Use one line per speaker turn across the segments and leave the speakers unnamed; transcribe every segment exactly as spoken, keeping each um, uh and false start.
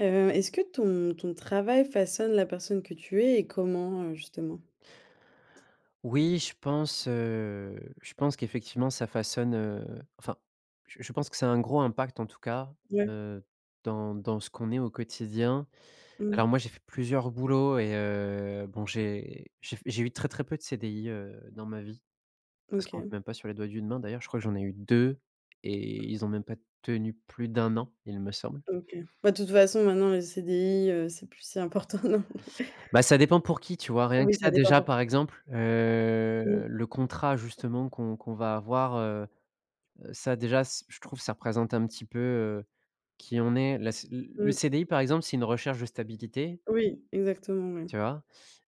Heu, est-ce que ton ton travail façonne la personne que tu es et comment, heu, justement?
Oui, je pense, heu, je pense qu'effectivement ça façonne, heu, enfin, je je pense que ça a un gros impact en tout cas,
Ouais.
heu, dans dans ce qu'on est au quotidien.
Mmh.
Alors moi, j'ai fait plusieurs boulots et heu, bon j'ai j'ai j'ai eu très, très peu de C D I, heu, dans ma vie. Ça se compte
OK,
même pas sur les doigts d'une main d'ailleurs, je crois que j'en ai eu deux et ils ont même pas tenu plus d'un an, il me semble.
OK. Bah, de toute façon maintenant les C D I, heu, c'est plus si important, non?
Bah, ça dépend pour qui, tu vois? Rien que
Oui, ça
ça
dépend
déjà
pour.
par exemple,
Mmh,
heu, le contrat justement qu'on qu'on va avoir. Ça déjà, s je trouve, ça représente un petit peu, heu, qui on est. La c l le
mmh.
C D I, par exemple, c'est une recherche de stabilité,
Oui, exactement, ouais.
tu vois?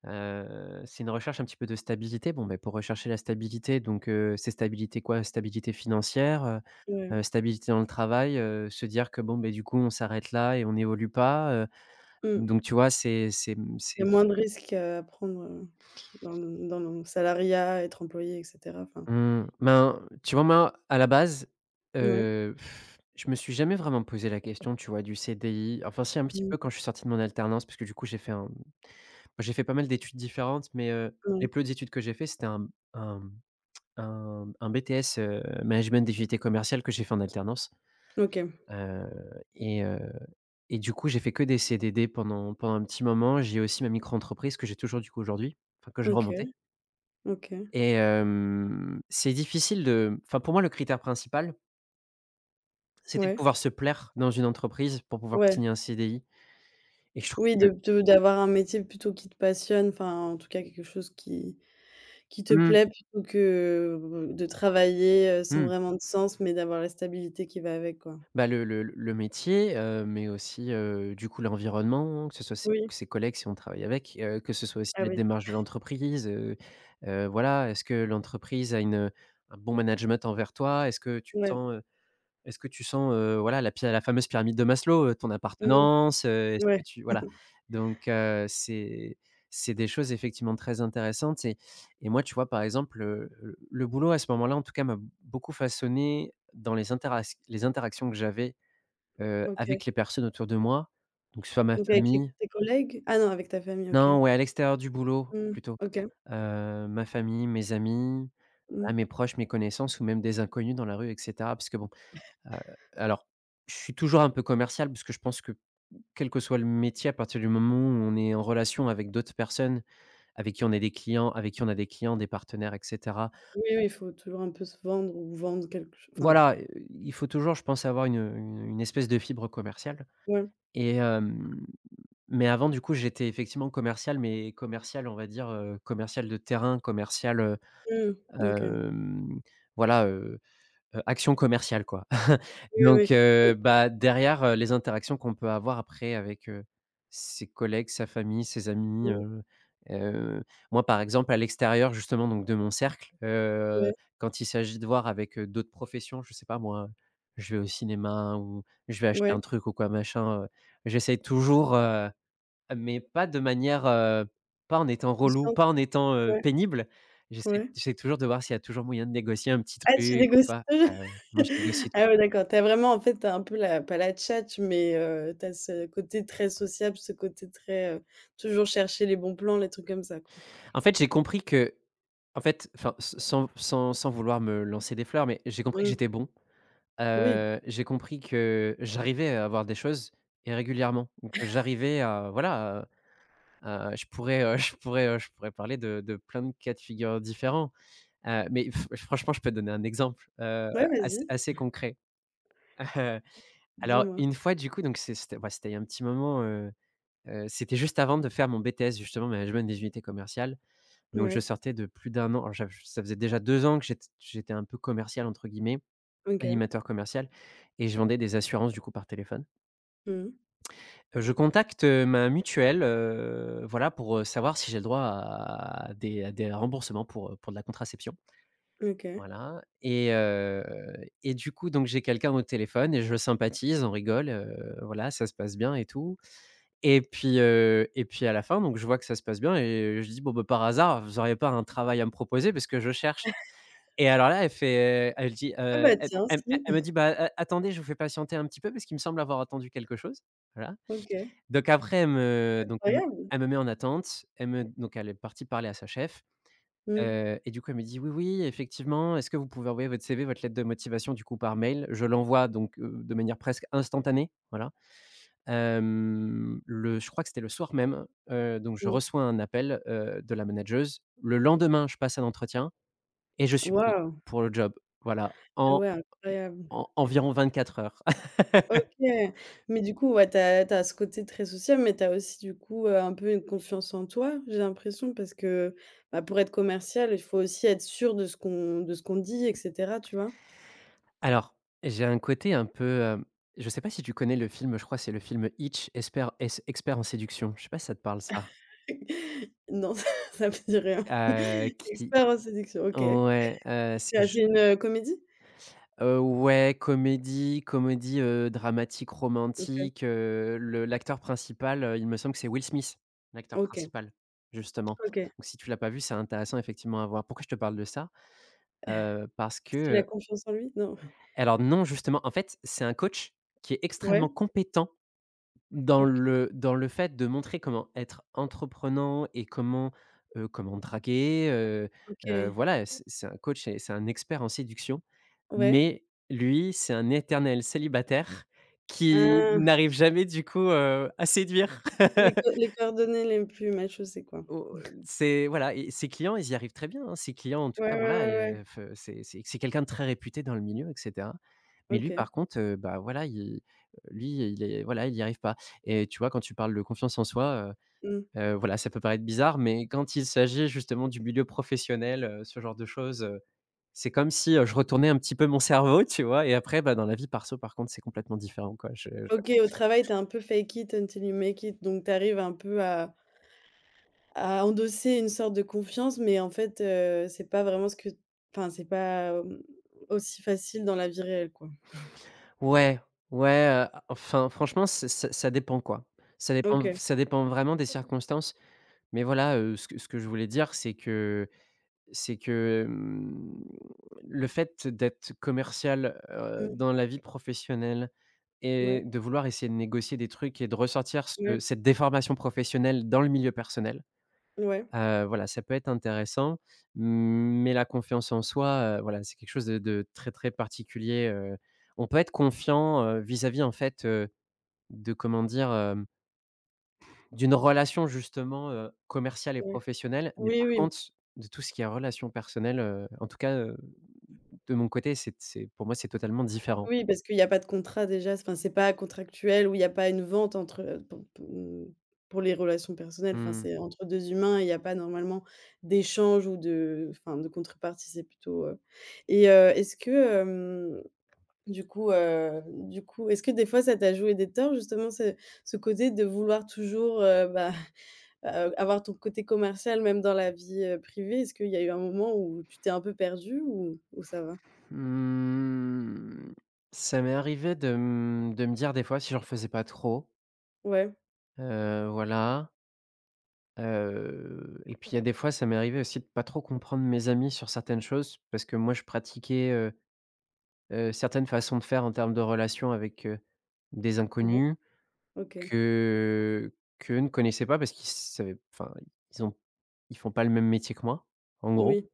Heu, c'est une recherche un petit peu de stabilité. Bon, mais pour rechercher la stabilité, donc heu, c'est stabilité quoi? Stabilité financière, heu
Ouais.
heu, stabilité dans le travail, heu, se dire que bon, beh, du coup, on s'arrête là et on n'évolue pas, heu,
Mmh.
donc tu vois, c'est c'est, mmh, c'est.
Il y a moins de risques à prendre, heu, dans le dans le salariat, être employé, et cetera, enfin.
Mmh, ben, tu vois, moi, à la base,
Ouais.
heu, je me suis jamais vraiment posé la question, tu vois, du C D I. Enfin, si, un petit
Mmh.
peu quand je suis sorti de mon alternance, parce que du coup, j'ai fait un j'ai fait pas mal d'études différentes, mais heu, les
Ouais.
plus hautes études que j'ai fait, c'était un un un un B T S, heu, management d'activité commerciale que j'ai fait en alternance,
OK.
heu et heu et du coup, j'ai fait que des C D D pendant pendant un petit moment. J'ai aussi ma micro-entreprise que j'ai toujours, du coup, aujourd'hui, enfin que j'ai
OK.
remontée
OK.
et hem, c'est difficile de enfin, pour moi, le critère principal, c'était de
Ouais.
pouvoir se plaire dans une entreprise pour pouvoir
Ouais.
signer un C D I et je trouve
Oui, de
que
de d'avoir un métier plutôt qui te passionne, enfin en tout cas quelque chose qui Qui te
mmh,
plaît plutôt que de travailler, heu, sans
mmh,
vraiment de sens, mais d'avoir la stabilité qui va avec, quoi.
bah, le le le métier, heu, mais aussi, heu, du coup, l'environnement, que ce soit ses
Oui,
ses collègues si on travaille avec, heu, que ce soit aussi
ah
la
oui,
démarche de l'entreprise, heu heu, voilà, est-ce que l'entreprise a une, un bon management envers toi? Est-ce que tu
ouais,
sens, Est-ce que tu sens, heu, voilà, la py la fameuse pyramide de Maslow, heu, ton
mmh,
appartenance, heu, est-ce
ouais,
que tu voilà, donc heu, c'est c'est des choses effectivement très intéressantes et et moi, tu vois, par exemple, heu, le le boulot à ce moment-là, en tout cas, m'a beaucoup façonné dans les interac les interactions que j'avais, heu,
OK.
avec les personnes autour de moi, donc soit ma
Donc avec les
famille,
tes collègues? Ah non, avec ta famille, OK.
non, ouais, à l'extérieur du boulot
Mmh,
plutôt,
OK,
heu, ma famille, mes amis,
mmh.
voilà, mes proches, mes connaissances ou même des inconnus dans la rue et cetera. Parce que bon. Heu, alors, je suis toujours un peu commercial parce que je pense que quel que soit le métier, à partir du moment où on est en relation avec d'autres personnes, avec qui on est des clients avec qui on a des clients, des partenaires et cetera.
Oui, oui, il faut toujours un peu se vendre ou vendre quelque chose, enfin,
Voilà, heu, il faut toujours, je pense, avoir une, une une espèce de fibre commerciale
ouais,
et hem, mais avant du coup, j'étais effectivement commercial, mais commercial, on va dire, heu, commercial de terrain, commercial, heu,
mmh, OK.
hem, voilà. Heu, action commerciale quoi.
Oui, oui,
Donc
oui,
heu, bah, derrière, heu, les interactions qu'on peut avoir après avec, heu, ses collègues, sa famille, ses amis,
mmh,
heu heu, moi par exemple à l'extérieur justement donc de mon cercle, heu,
ouais,
quand il s'agit de voir avec, heu, d'autres professions, je sais pas moi, je vais au cinéma ou je vais acheter
ouais,
un truc ou quoi machin, heu, j'essaye toujours, heu mais pas de manière, heu, pas en étant relou,
consciente,
pas en étant, heu,
ouais,
pénible. J'essaie
ouais.
j'essaie toujours de voir s'il y a toujours moyen de négocier un petit
Ah, tu
truc ou
négocies
pas.
toujours?
Ouais, ouais, moi je négocie tout.
Ah ouais, d'accord. T'as vraiment, en fait, t'as un peu la, pas la tchatche, mais heu, tu ce côté très sociable, ce côté très, heu, toujours chercher les bons plans, les trucs comme ça, quoi.
En fait, j'ai compris que en fait, enfin, s sans sans sans vouloir me lancer des fleurs, mais j'ai compris que
Mmh.
j'étais bon.
Oui.
Heu, j'ai compris que j'arrivais à avoir des choses et régulièrement. Donc j'arrivais à voilà, à à je pourrais, heu, je pourrais, heu, je pourrais parler de de plein de cas de figure différents. Heu, mais f- franchement, je peux te donner un exemple, heu,
Ouais,
assez
vas-y,
assez concret. Heu, Alors
dis-moi.
une fois du coup donc c'est c'était bah, c'était il y a un petit moment, heu heu, c'était juste avant de faire mon B T S justement management des unités commerciales. Donc je
Ouais,
sortais de plus d'un an alors j'av ça faisait déjà deux ans que j'ét j'étais un peu «commercial» entre guillemets,
OK.
animateur commercial et je vendais des assurances du coup par téléphone.
Mmh.
Heu, je contacte, heu, ma mutuelle, heu, voilà pour, heu, savoir si j'ai le droit à des à des remboursements pour, heu, pour de la contraception.
OK.
Voilà et heu et du coup, donc j'ai quelqu'un au téléphone et je sympathise, on rigole, heu, voilà, ça se passe bien et tout et puis, heu et puis à la fin, donc je vois que ça se passe bien et je dis: «Bon, bah, par hasard, vous auriez pas un travail à me proposer? Parce que je cherche» et alors là, elle fait, elle dit,
Ah
heu,
bah
elle
tiens,
elle
si.
elle me dit: «Bah, a attendez, je vous fais patienter un petit peu parce qu'il me semble avoir attendu quelque chose». Voilà.
OK.
Donc après elle me donc elle me
Incroyable.
elle me met en attente, elle me donc elle est partie parler à sa chef.
Mmh.
Heu et du coup, elle me dit: «Oui, oui, effectivement, est-ce que vous pouvez envoyer votre C V, votre lettre de motivation, du coup, par mail?» Je l'envoie donc heu, de manière presque instantanée, voilà. Hem, le Je crois que c'était le soir même, heu, donc je
Mmh.
reçois un appel, heu, de la manageuse. Le lendemain, je passe un entretien et je suis pris
Waouh!
pour le job, voilà,
Ah
en
ouais, incroyable.
en environ quatre heures.
OK. Mais du coup, ouais, tu as tu as ce côté très social, mais tu as aussi du coup, heu, un peu une confiance en toi, j'ai l'impression, parce que, bah, pour être commercial, il faut aussi être sûr de ce qu'on de ce qu'on dit, et cetera, tu vois?
Alors, j'ai un côté un peu, hem, je sais pas si tu connais le film, je crois c'est le film Hitch, espert es expert en séduction. Je sais pas si ça te parle ça?
Non, ça ça me dit rien.
Heu, qui
Expert en séduction, OK.
Ouais, heu, c'est
Ah,
j
c'est une, heu, comédie?
heu, ouais, comédie comédie, heu, dramatique,
OK,
romantique, heu, le l'acteur principal, heu, il me semble que c'est Will Smith, l'acteur
OK,
principal, justement.
OK.
Donc si tu l'as pas vu, c'est intéressant effectivement à voir. Pourquoi je te parle de ça? Heu, parce que,
Parce qu'il a
heu
confiance en lui? Non?
alors non, justement, en fait, c'est un coach qui est
Ouais?
extrêmement compétent dans
OK,
le dans le fait de montrer comment être entreprenant et comment, heu, comment draguer, heu heu,
OK.
voilà, c'est c'est un coach et c'est un expert en séduction.
Ouais.
Mais lui, c'est un éternel célibataire qui
Ah,
n'arrive jamais du coup, heu, à séduire.
les co les coordonnées les plus macho, c'est quoi?
Au C'est voilà et ses clients, ils y arrivent très bien, hein. Ses clients, en tout
Ouais, ouais,
cas, voilà,
ouais, ouais.
heu, f c'est c'est c'est quelqu'un de très réputé dans le milieu et cetera. Mais lui,
OK.
par contre, heu, bah, voilà, il lui, il est voilà, il y arrive pas et tu vois, quand tu parles de confiance en soi,
Mmh.
heu heu, voilà, ça peut paraître bizarre, mais quand il s'agit justement du milieu professionnel, heu, ce genre de choses, c'est comme si, heu, je retournais un petit peu mon cerveau, tu vois? Et après, bah, dans la vie perso, par contre, c'est complètement différent, quoi. Je je
OK, au travail, tu un peu fake it until you make it, donc t'arrives un peu à à endosser une sorte de confiance, mais en fait, heu, c'est pas vraiment ce que, enfin, c'est pas, mmh, aussi facile dans la vie réelle, quoi.
Ouais, ouais, heu, enfin, franchement, ça ça ça dépend, quoi. Ça dépend v
OK.
ça dépend vraiment des circonstances. Mais voilà, heu, ce que ce que je voulais dire, c'est que c'est que, hem, le fait d'être commercial, heu,
Mmh.
dans la vie professionnelle
Ouais.
et de vouloir essayer de négocier des trucs et de ressortir
Ouais.
ce cette déformation professionnelle dans le milieu personnel.
Ouais.
Heu, voilà, ça peut être intéressant, mais la confiance en soi, heu, voilà, c'est quelque chose de de très, très particulier, heu. On peut être confiant, heu, vis-à-vis, en fait, heu, de comment dire? Hem, d'une relation justement, heu, commerciale et
Ouais.
professionnelle, mais
Oui,
par
oui.
contre, de tout ce qui est relation personnelle, heu, en tout cas, heu, de mon côté, c'est c'est pour moi, c'est totalement différent.
Oui, parce qu'il y a pas de contrat déjà, enfin, c'est pas contractuel, ou il y a pas une vente entre, heu, pour pou pour les relations personnelles, enfin,
Mmh.
c'est entre deux humains, il y a pas normalement d'échange ou de, enfin, de contrepartie, c'est plutôt, heu et heu, est-ce que, du coup, heu, du coup, est-ce que des fois ça t'a joué des torts justement ce ce côté de vouloir toujours, heu, bah, heu, avoir ton côté commercial même dans la vie, heu, privée? Est-ce qu'il y a eu un moment où tu t'es un peu perdue ou ou ça va?
Mmh, ça m'est arrivé de, mmh, de me dire des fois si je j'en faisais pas trop,
Ouais,
heu, voilà. Heu et puis, il y a des fois, ça m'est arrivé aussi de pas trop comprendre mes amis sur certaines choses parce que moi, je pratiquais, heu heu, certaines façons de faire en termes de relations avec, heu, des
ouais,
inconnus
OK.
que qu'eux ne connaissaient pas parce qu'ils savaient enfin, ils ont ils font pas le même métier que moi, en gros.
Oui.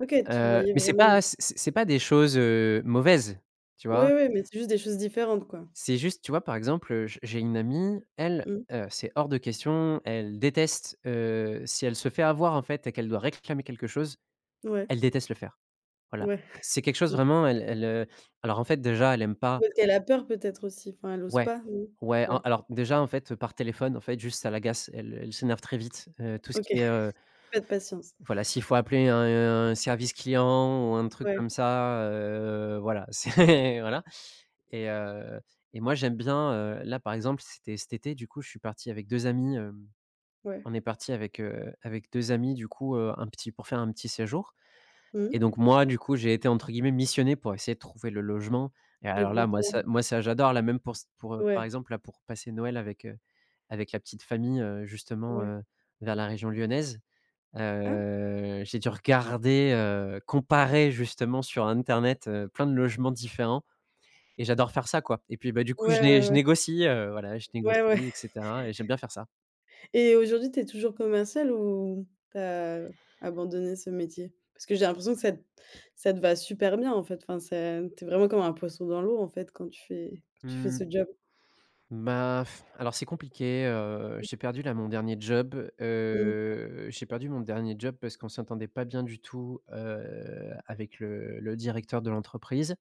OK, tu
Heu,
voyais
mais c'est
vraiment une.
pas c'est c'est pas des choses, heu, mauvaises, tu
Oui,
vois?
oui, mais c'est juste des choses différentes, quoi.
C'est juste, tu vois, par exemple, j j'ai une amie, elle,
Mmh.
heu, c'est hors de question, elle déteste, heu, si elle se fait avoir, en fait et qu'elle doit réclamer quelque chose.
Ouais,
Elle déteste le faire, voilà.
ouais.
C'est quelque chose vraiment elle elle, heu, alors en fait déjà elle aime pas
Peut-être qu'elle a peur peut-être aussi? Enfin, elle ose
ouais,
pas? Mmh.
ouais, a
Ouais.
alors déjà en fait, par téléphone en fait juste ça l'agace, elle elle s'énerve très vite, heu, tout ce
OK,
qui est, heu,
pas de patience.
voilà, s'il faut appeler un un service client ou un truc
Ouais,
comme ça, heu, voilà, c'est voilà. Et heu et moi j'aime bien, heu, là par exemple c'était cet été, du coup je suis parti avec deux amis, hem,
ouais.
on est parti avec, heu, avec deux amis du coup, heu, un petit pour faire un petit séjour. Et
Mmh.
donc moi, du coup, j'ai été entre guillemets «missionné» pour essayer de trouver le logement, et
Les
alors
bons
là, moi
plans.
ça moi ça j'adore, là, même pour s pour, heu, par
Ouais,
exemple, là, pour passer Noël avec, heu, avec la petite famille, heu, justement,
ouais.
heu, vers la région lyonnaise.
Ah!
Heu, j'ai dû regarder, heu, comparer justement sur internet, heu, plein de logements différents, et j'adore faire ça, quoi. Et puis, bah, du coup, je
Ouais,
né
ouais,
je
ouais.
négocie, heu, voilà, je
Ouais, ouais.
négocie et cetera, et j'aime bien faire ça.
Et aujourd'hui, tu es toujours commercial ou tu as abandonné ce métier? Parce que j'ai l'impression que ça te ça te va super bien, en fait. Enfin, ça tu vraiment comme un poisson dans l'eau, en fait, quand tu fais quand tu fais ce job.
Bah, pff, alors c'est compliqué, heu, j'ai perdu là mon dernier job,
Mmh.
heu, j'ai perdu mon dernier job parce qu'on s'entendait pas bien du tout, heu, avec le le directeur de l'entreprise.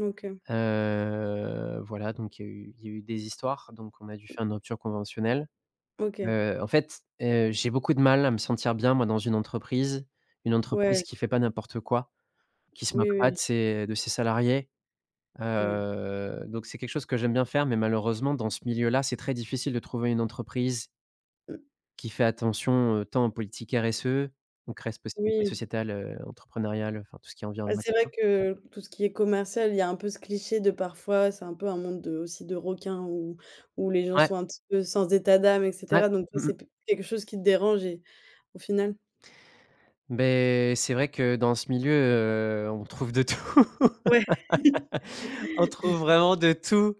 OK,
Heu, voilà, donc il y a eu il y a eu des histoires, donc on a dû faire une rupture conventionnelle.
OK.
Heu, en fait, heu, j'ai beaucoup de mal à me sentir bien moi dans une entreprise, une entreprise
Ouais,
qui
j
fait pas n'importe quoi, qui se moque
oui,
pas de
oui,
ses de ses salariés.
oui.
Heu, donc c'est quelque chose que j'aime bien faire, mais malheureusement dans ce milieu-là, c'est très difficile de trouver une entreprise
Mmh,
qui fait attention, heu, tant aux politiques R S E, donc responsabilité
oui.
sociétale, heu, entrepreneuriale, enfin tout ce qui est
Ah,
environnement et
c'est vrai
cetera.
que tout ce qui est commercial, il y a un peu ce cliché de parfois, c'est un peu un monde de aussi de requins où où les gens
Ouais,
sont un petit peu sans état d'âme, et
ouais.
cetera. Donc toi,
Mmh mh.
c'est p quelque chose qui te dérange et au final,
Beh, c'est vrai que dans ce milieu, heu, on trouve de tout.
ouais.
On trouve vraiment de tout,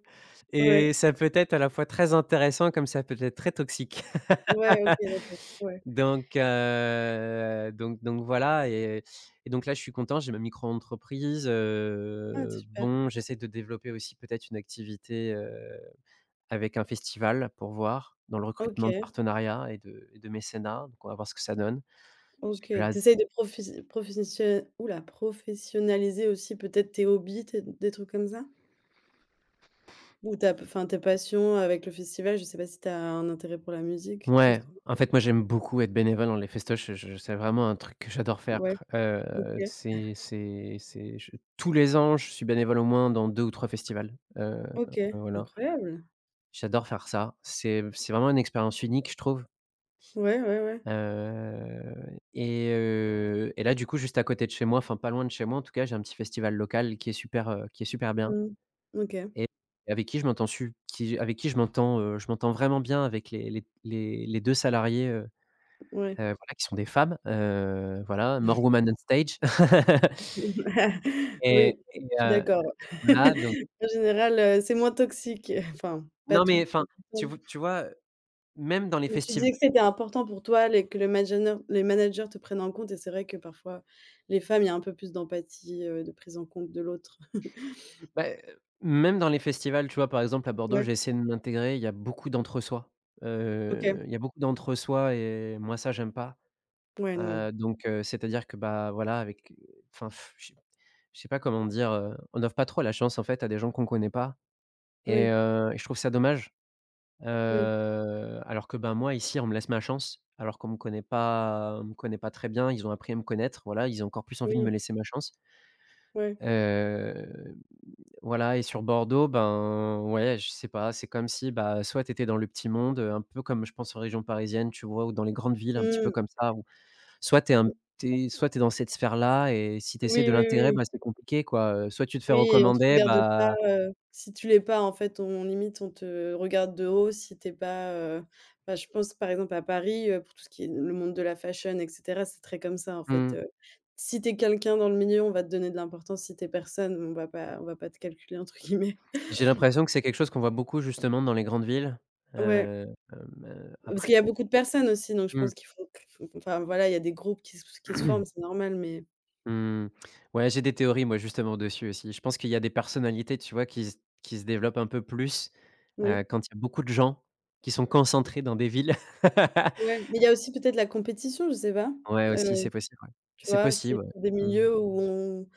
et
Ouais.
ça peut être à la fois très intéressant comme ça peut être très toxique.
Ouais, OK, d'accord. Ouais.
Donc heu, donc donc voilà, et et donc là, je suis content, j'ai ma micro-entreprise,
Ah
heu,
super.
bon, j'essaie de développer aussi peut-être une activité, heu, avec un festival, pour voir, dans le recrutement de
OK,
partenariats et de et de mécénat, donc on va voir ce que ça donne. Parce
OK.
que là,
Tu essayes de profes profession ouh là, professionnaliser aussi peut-être tes hobbies, tes des trucs comme ça? Ou ta p enfin tes passions avec le festival, je sais pas si tu as un intérêt pour la musique
ouais,
justement?
en fait, moi, j'aime beaucoup être bénévole dans les festoches, je c'est vraiment un truc que j'adore faire.
Ouais,
Heu,
OK,
c'est c'est c'est je tous les ans, je suis bénévole au moins dans deux ou trois festivals, heu,
OK,
voilà.
incroyable.
J'adore faire ça. C'est c'est vraiment une expérience unique, je trouve,
Ouais, ouais, ouais.
heu et heu et là, du coup, juste à côté de chez moi, enfin, pas loin de chez moi, en tout cas, j'ai un petit festival local qui est super, heu, qui est super bien,
Mmh. OK,
et avec qui je m'entends su qui avec qui je m'entends, heu, je m'entends vraiment bien avec les les les les deux salariées, heu heu,
ouais.
voilà, qui sont des femmes, heu, voilà, more women on stage. Et
Oui,
et
je suis
heu,
d'accord.
voilà, donc
En général, heu, c'est moins toxique, enfin pas
non, mais
tout le
enfin, tu
temps.
v tu vois, même dans les
Mais tu
festiv
disais que c'était important pour toi les que le manageneur les managers te prennent en compte, et c'est vrai que parfois les femmes, il y a un peu plus d'empathie, heu, de prise en compte de l'autre.
bah, heu, même dans les festivals, tu vois? Par exemple, à Bordeaux,
Ouais,
j'ai essayé de m'intégrer, il y a beaucoup d'entre-soi.
OK.
Heu, il y a beaucoup d'entre-soi et moi, ça, j'aime pas.
Ouais, non.
Heu, donc heu, c'est-à-dire que, bah, voilà, avec, heu, enfin, je sais je sais pas comment dire, heu, on offre pas trop la chance, en fait, à des gens qu'on connaît pas, et
Oui,
heu et je trouve ça dommage. Heu,
oui,
alors que, ben, moi, ici, on me laisse ma chance, alors qu'on me connaît pas on me connaît pas très bien. Ils ont appris à me connaître, voilà, ils ont encore plus envie de me
oui,
laisser ma chance.
ouais.
Heu Voilà, et sur Bordeaux, ben, ouais, je sais pas, c'est comme si, bah, soit tu étais dans le petit monde, heu, un peu comme je pense en région parisienne, tu vois? Ou dans les grandes villes un petit peu
Mmh.
comme ça, où soit tu es un t'es soit tu dans cette sphère-là, et si tu essaies
Oui,
de
oui,
l'intégrer,
oui.
bah, c'est compliqué quoi, heu, soit tu te fais
Oui, et on te
recommander,
regarde
bah
pas, heu, si tu l'es pas, en fait, on limite, on te regarde de haut si tu es pas, heu, bah, je pense, par exemple, à Paris, heu, pour tout ce qui est le monde de la fashion, et cetera, c'est très comme ça, en fait,
mmh,
heu. Si tu es quelqu'un dans le milieu, on va te donner de l'importance, si tu es personne, on va pas on va pas te «calculer» entre guillemets.
j'ai l'impression que c'est quelque chose qu'on voit beaucoup justement dans les grandes villes,
Ouais,
heu, hem,
parce qu'il
après
y a beaucoup de personnes aussi, donc je pense
mmh.
qu'il faut qu enfin, voilà, il y a des groupes qui se qui se forment, c'est normal, mais
Mmh. Ouais, j'ai des théories moi justement dessus aussi. Je pense qu'il y a des personnalités, tu vois, qui se qui se développent un peu plus, heu,
oui,
quand il y a beaucoup de gens qui sont concentrés dans des villes.
ouais, mais il y a aussi peut-être la compétition, je sais pas?
Ouais aussi,
Heu
c'est possible, ouais.
Tu
C'est
vois? C'est
possible, ouais.
pour des
Mmh.
milieux où on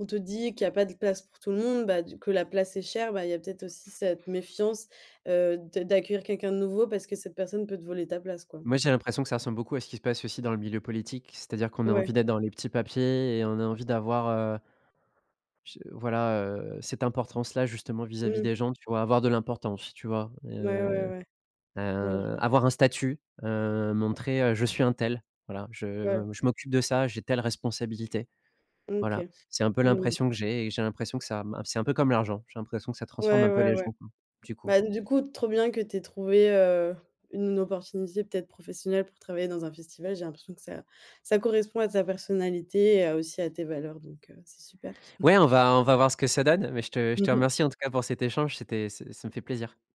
on te dit qu'il y a pas de place pour tout le monde, bah, du que la place est chère, bah, il y a peut-être aussi cette méfiance, heu, de d'accueillir quelqu'un de nouveau parce que cette personne peut te voler ta place, quoi.
Moi, j'ai l'impression que ça ressemble beaucoup à ce qui se passe aussi dans le milieu politique, c'est-à-dire qu'on a
Ouais.
envie d'être dans les petits papiers et on a envie d'avoir, heu, je voilà, heu, cette importance-là justement vis-à-vis
Mmh.
des gens, tu vois? Avoir de l'importance, tu vois?
Ouais, ouais,
Heu
ouais. Ouais,
Heu, avoir un statut, heu, montrer, heu: «Je suis un tel, voilà,
je ouais.
je je m'occupe de ça, j'ai telle responsabilité». Voilà,
OK.
c'est un peu
Mmh.
l'impression que j'ai, et j'ai l'impression que ça c'est un peu comme l'argent, j'ai l'impression que ça transforme
Ouais,
un peu
ouais,
les
ouais.
gens, quoi, du coup.
Bah, du coup, trop bien que tu aies trouvé, heu, une une opportunité peut-être professionnelle pour travailler dans un festival. J'ai l'impression que ça ça correspond à ta personnalité et à aussi à tes valeurs, donc heu, c'est super.
Ouais, on va on va voir ce que ça donne, mais je te je te remercie en tout cas pour cet échange, c'était c'est ça me fait plaisir.